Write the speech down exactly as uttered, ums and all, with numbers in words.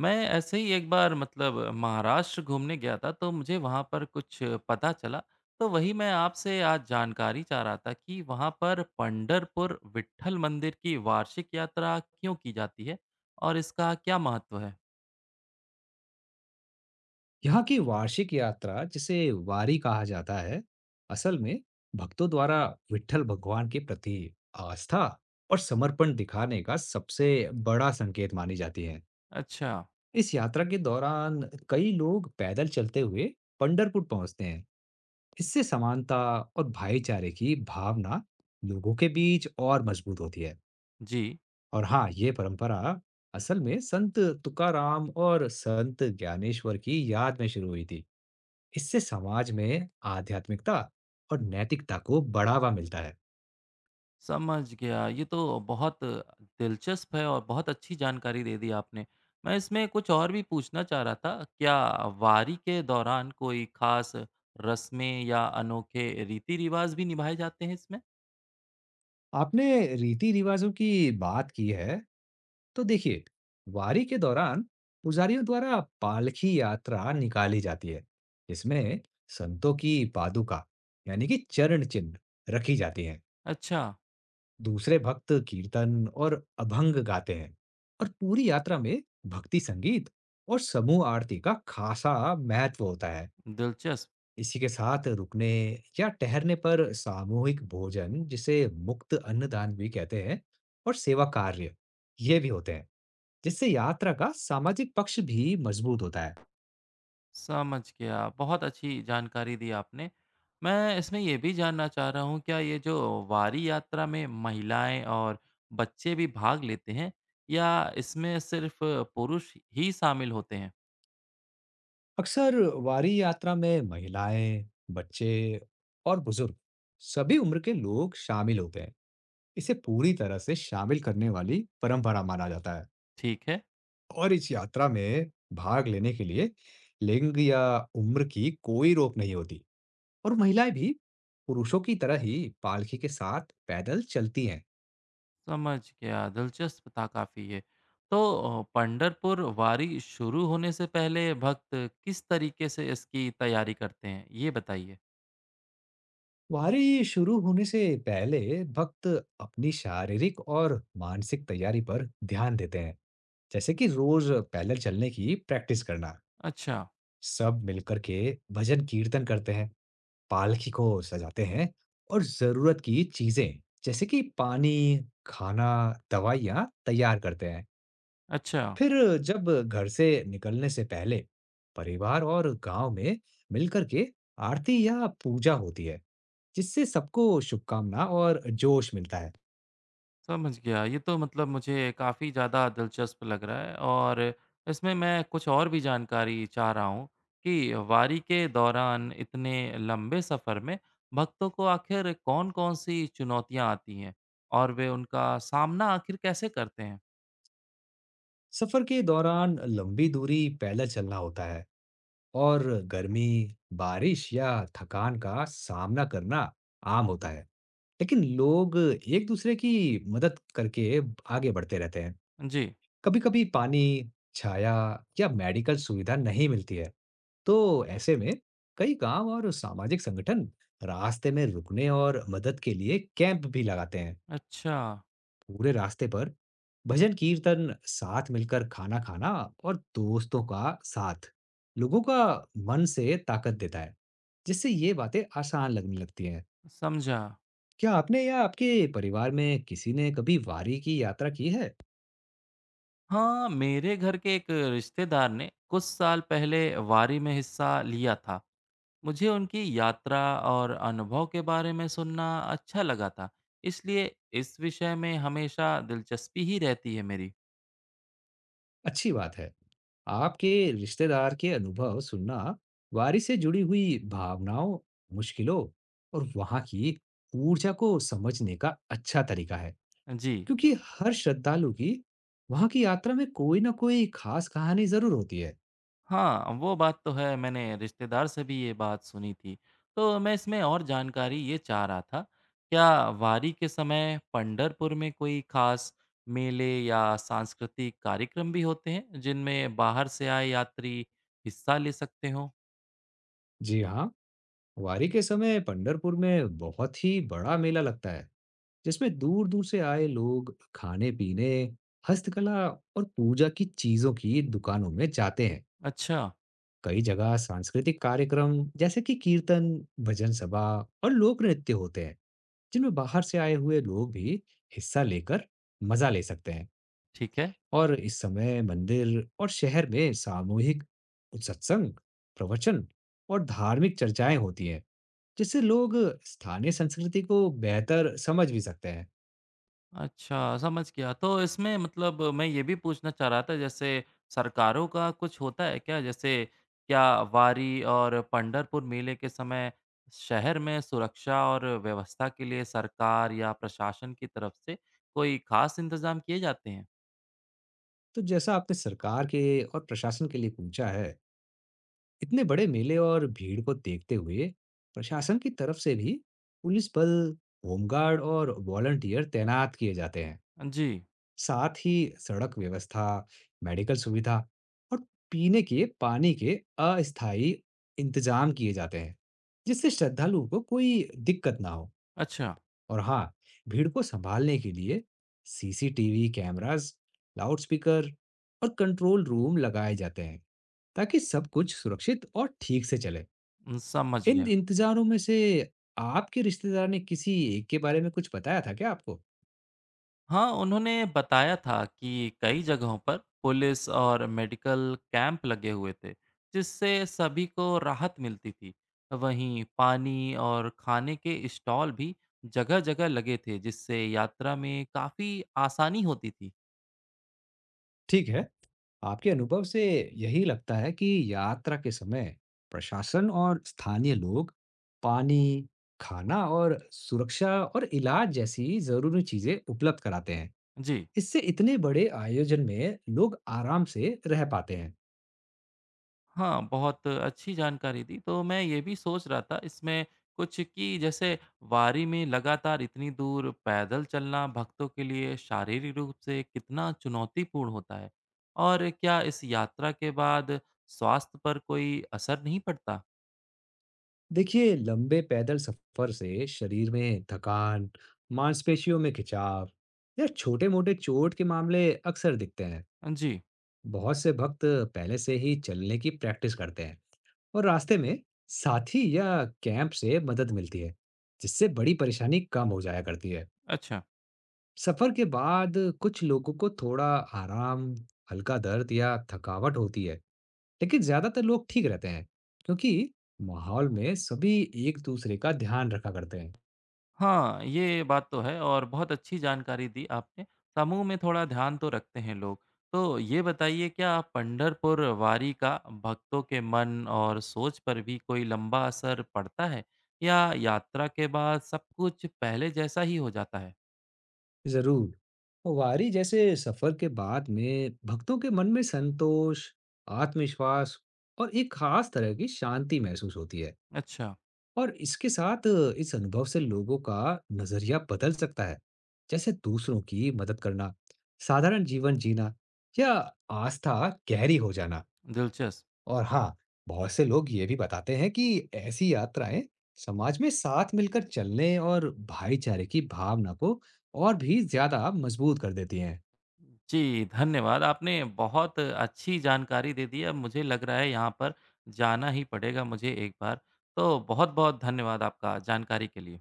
मैं ऐसे ही एक बार मतलब महाराष्ट्र घूमने गया था तो मुझे वहाँ पर कुछ पता चला। तो वही मैं आपसे आज जानकारी चाह रहा था कि वहाँ पर पंढरपुर विट्ठल मंदिर की वार्षिक यात्रा क्यों की जाती है और इसका क्या महत्व है। यहाँ की वार्षिक यात्रा जिसे वारी कहा जाता है असल में भक्तों द्वारा विट्ठल भगवान के प्रति आस्था और समर्पण दिखाने का सबसे बड़ा संकेत मानी जाती है। अच्छा। इस यात्रा के दौरान कई लोग पैदल चलते हुए पंढरपुर पहुंचते हैं। इससे समानता और भाईचारे की भावना लोगों के बीच और मजबूत होती है। जी। और हाँ, ये परंपरा असल में संत तुकाराम और संत ज्ञानेश्वर की याद में शुरू हुई थी। इससे समाज में आध्यात्मिकता और नैतिकता को बढ़ावा मिलता है। समझ गया। ये तो बहुत दिलचस्प है और बहुत अच्छी जानकारी दे दी आपने। मैं इसमें कुछ और भी पूछना चाह रहा था, क्या वारी के दौरान कोई खास रस्में या अनोखे रीति-रिवाज़ भी निभाए जाते हैं इसमें? आपने रीति रिवाजों की बात की है, तो देखिए, वारी के दौरान पुजारियों द्वारा पालकी यात्रा निकाली जाती है, जिसमें संतों की पादुका यानी कि चरण चिन्ह रखी जाती हैं। अच्छा, दूसरे भक्त कीर्तन और अभंग गाते हैं और पूरी यात्रा में भक्ति संगीत और समूह आरती का खासा महत्व होता है। दिलचस्प। इसी के साथ रुकने या ठहरने पर सामूहिक भोजन जिसे मुक्त अन्नदान भी कहते हैं, और सेवा कार्य ये भी होते हैं, जिससे यात्रा का सामाजिक पक्ष भी मजबूत होता है। समझ गया, बहुत अच्छी जानकारी दी आपने। मैं इसमें ये भी जानना चाह रहा हूँ, क्या ये जो वारी यात्रा में महिलाएँ और बच्चे भी भाग लेते हैं या इसमें सिर्फ़ पुरुष ही शामिल होते हैं? अक्सर वारी यात्रा में महिलाएं, बच्चे और बुजुर्ग, सभी उम्र के लोग शामिल होते हैं। इसे पूरी तरह से शामिल करने वाली परंपरा माना जाता है। ठीक है। और इस यात्रा में भाग लेने के लिए लिंग या उम्र की कोई रोक नहीं होती और महिलाएं भी पुरुषों की तरह ही पालकी के साथ पैदल चलती हैं। समझ गया, दिलचस्प था काफी ये। तो अ, पंढरपुर वारी शुरू होने से पहले भक्त किस तरीके से इसकी तैयारी करते हैं ये बताइए। वारी शुरू होने से पहले भक्त अपनी शारीरिक और मानसिक तैयारी पर ध्यान देते हैं, जैसे कि रोज पैदल चलने की प्रैक्टिस करना। अच्छा। सब मिलकर के भजन कीर्तन करते हैं, पालकी को सजाते हैं और जरूरत की चीजें जैसे कि पानी, खाना, दवाइयाँ तैयार करते हैं। अच्छा, फिर जब घर से निकलने से पहले परिवार और गांव में मिलकर के आरती या पूजा होती है, जिससे सबको शुभकामना और जोश मिलता है। समझ गया, ये तो मतलब मुझे काफ़ी ज़्यादा दिलचस्प लग रहा है। और इसमें मैं कुछ और भी जानकारी चाह रहा हूँ कि वारी के दौरान इतने लंबे सफ़र में भक्तों को आखिर कौन-कौन सी चुनौतियाँ आती हैं और वे उनका सामना आखिर कैसे करते हैं। सफर के दौरान लंबी दूरी पैदल चलना होता है और गर्मी, बारिश या थकान का सामना करना आम होता है, लेकिन लोग एक दूसरे की मदद करके आगे बढ़ते रहते हैं। जी। कभी-कभी पानी, छाया या मेडिकल सुविधा नहीं मिलती है। तो ऐसे में कई गांव और सामाजिक संगठन रास्ते में रुकने और मदद के लिए कैंप भी लगाते हैं। अच्छा। पूरे रास्ते पर भजन कीर्तन, साथ मिलकर खाना खाना और दोस्तों का साथ लोगों का मन से ताकत देता है, जिससे ये बातें आसान लगने लगती हैं। समझा। क्या आपने या आपके परिवार में किसी ने कभी वारी की यात्रा की है? हाँ, मेरे घर के एक रिश्तेदार ने कुछ साल पहले वारी में हिस्सा लिया था। मुझे उनकी यात्रा और अनुभव के बारे में सुनना अच्छा लगा था, इसलिए इस विषय में हमेशा दिलचस्पी ही रहती है मेरी। अच्छी बात है। आपके रिश्तेदार के अनुभव सुनना वारी से जुड़ी हुई भावनाओं, मुश्किलों और वहां की ऊर्जा को समझने का अच्छा तरीका है, जी। क्योंकि हर श्रद्धालु की वहां की यात्रा में कोई ना कोई खास कहानी जरूर होती है। हाँ, वो बात तो है, मैंने रिश्तेदार से भी ये बात सुनी थी। तो मैं इसमें और जानकारी ये चाह रहा था, क्या वारी के समय पंढरपुर में कोई खास मेले या सांस्कृतिक कार्यक्रम भी होते हैं, जिनमें बाहर से आए यात्री हिस्सा ले सकते हों? जी हाँ, वारी के समय पंढरपुर में बहुत ही बड़ा मेला लगता है, जिसमें दूर दूर से आए लोग खाने पीने, हस्तकला और पूजा की चीजों की दुकानों में जाते हैं। अच्छा, कई जगह सांस्कृतिक कार्यक्रम जैसे कि कीर्तन, भजन सभा और लोक नृत्य होते हैं, जिनमें बाहर से आए हुए लोग भी हिस्सा लेकर मजा ले सकते हैं। ठीक है। और इस समय मंदिर और शहर में सामूहिक सत्संग, प्रवचन और धार्मिक चर्चाएं होती हैं, जिससे लोग स्थानीय संस्कृति को बेहतर समझ भी सकते हैं। अच्छा, समझ गया। तो इसमें मतलब मैं ये भी पूछना चाह रहा था, जैसे सरकारों का कुछ होता है क्या? जैसे क्या वारी और पंढरपुर मेले के समय शहर में सुरक्षा और व्यवस्था के लिए सरकार या प्रशासन की तरफ से कोई ख़ास इंतज़ाम किए जाते हैं? तो जैसा आपने सरकार के और प्रशासन के लिए पूछा है, इतने बड़े मेले और भीड़ को देखते हुए प्रशासन की तरफ से भी पुलिस बल, होमगार्ड और वॉलंटियर तैनात किए जाते हैं। जी। साथ ही सड़क व्यवस्था, मेडिकल सुविधा और पीने के पानी के अस्थायी इंतजाम किए जाते हैं, जिससे श्रद्धालुओं को कोई दिक्कत ना हो। अच्छा। और हाँ, भीड़ को संभालने के लिए C C T V cameras, loudspeaker और कंट्रोल रूम लगाए जाते हैं, ताकि सब कुछ सुरक्षित और ठीक से चले। उम, समझ इन गया। इंतज़ारों में से आपके रिश्तेदार ने किसी एक के बारे में कुछ बताया था क्या आपको? हाँ, उन्होंने बताया था कि कई जगहों पर पुलिस और मेडिकल कैंप लगे हुए थे, जिससे सभी को राहत मिलती थी। वहीं पानी और खाने के स्टॉल भी जगह-जगह लगे थे, जिससे यात्रा में काफ़ी आसानी होती थी। ठीक है, आपके अनुभव से यही लगता है कि यात्रा के समय प्रशासन और स्थानीय लोग पानी, खाना और सुरक्षा और इलाज जैसी ज़रूरी चीज़ें उपलब्ध कराते हैं। जी। इससे इतने बड़े आयोजन में लोग आराम से रह पाते हैं। हाँ, बहुत अच्छी जानकारी दी। तो मैं ये भी सोच रहा था इसमें कुछ, कि जैसे वारी में लगातार इतनी दूर पैदल चलना भक्तों के लिए शारीरिक रूप से कितना चुनौतीपूर्ण होता है? और क्या इस यात्रा के बाद स्वास्थ्य पर कोई असर नहीं पड़ता? देखिए लंबे पैदल सफर से शरीर में थकान, मांसपेशियों में खिंचाव या छोटे-मोटे चोट के मामले अक्सर दिखते हैं। जी। बहुत से भक्त पहले से ही चलने की प्रैक्टिस करते हैं और रास्ते में साथी या कैंप से मदद मिलती है, जिससे बड़ी परेशानी कम हो जाया करती है। अच्छा। सफर के बाद कुछ लोगों को थोड़ा आराम, हल्का दर्द या थकावट होती है, लेकिन ज्यादातर लोग ठीक रहते हैं, क्योंकि माहौल में सभी एक दूसरे का ध्यान रखा करते हैं। हाँ, ये बात तो है और बहुत अच्छी जानकारी दी आपने। समूह में थोड़ा ध्यान तो रखते हैं लोग। तो ये बताइए, क्या आप पंढरपुर वारी का भक्तों के मन और सोच पर भी कोई लंबा असर पड़ता है? या यात्रा के बाद सब कुछ पहले जैसा ही हो जाता है? जरूर, वारी जैसे सफर के बाद में भक्तों के मन में संतोष, आत्मविश्वास और एक खास तरह की शांति महसूस होती है। अच्छा, और इसके साथ इस अनुभव से लोगों का नजरिया बदल सकता है, जैसे दूसरों की मदद करना, साधारण जीवन जीना या आस्था गहरी हो जाना। दिलचस्प। और हाँ, बहुत से लोग ये भी बताते हैं कि ऐसी यात्राएं समाज में साथ मिलकर चलने और भाईचारे की भावना को और भी ज्यादा मजबूत कर देती हैं। जी, धन्यवाद। आपने बहुत अच्छी जानकारी दे दी। अब मुझे लग रहा है यहाँ पर जाना ही पड़ेगा मुझे एक बार। तो बहुत-बहुत धन्यवाद आपका जानकारी के लिए।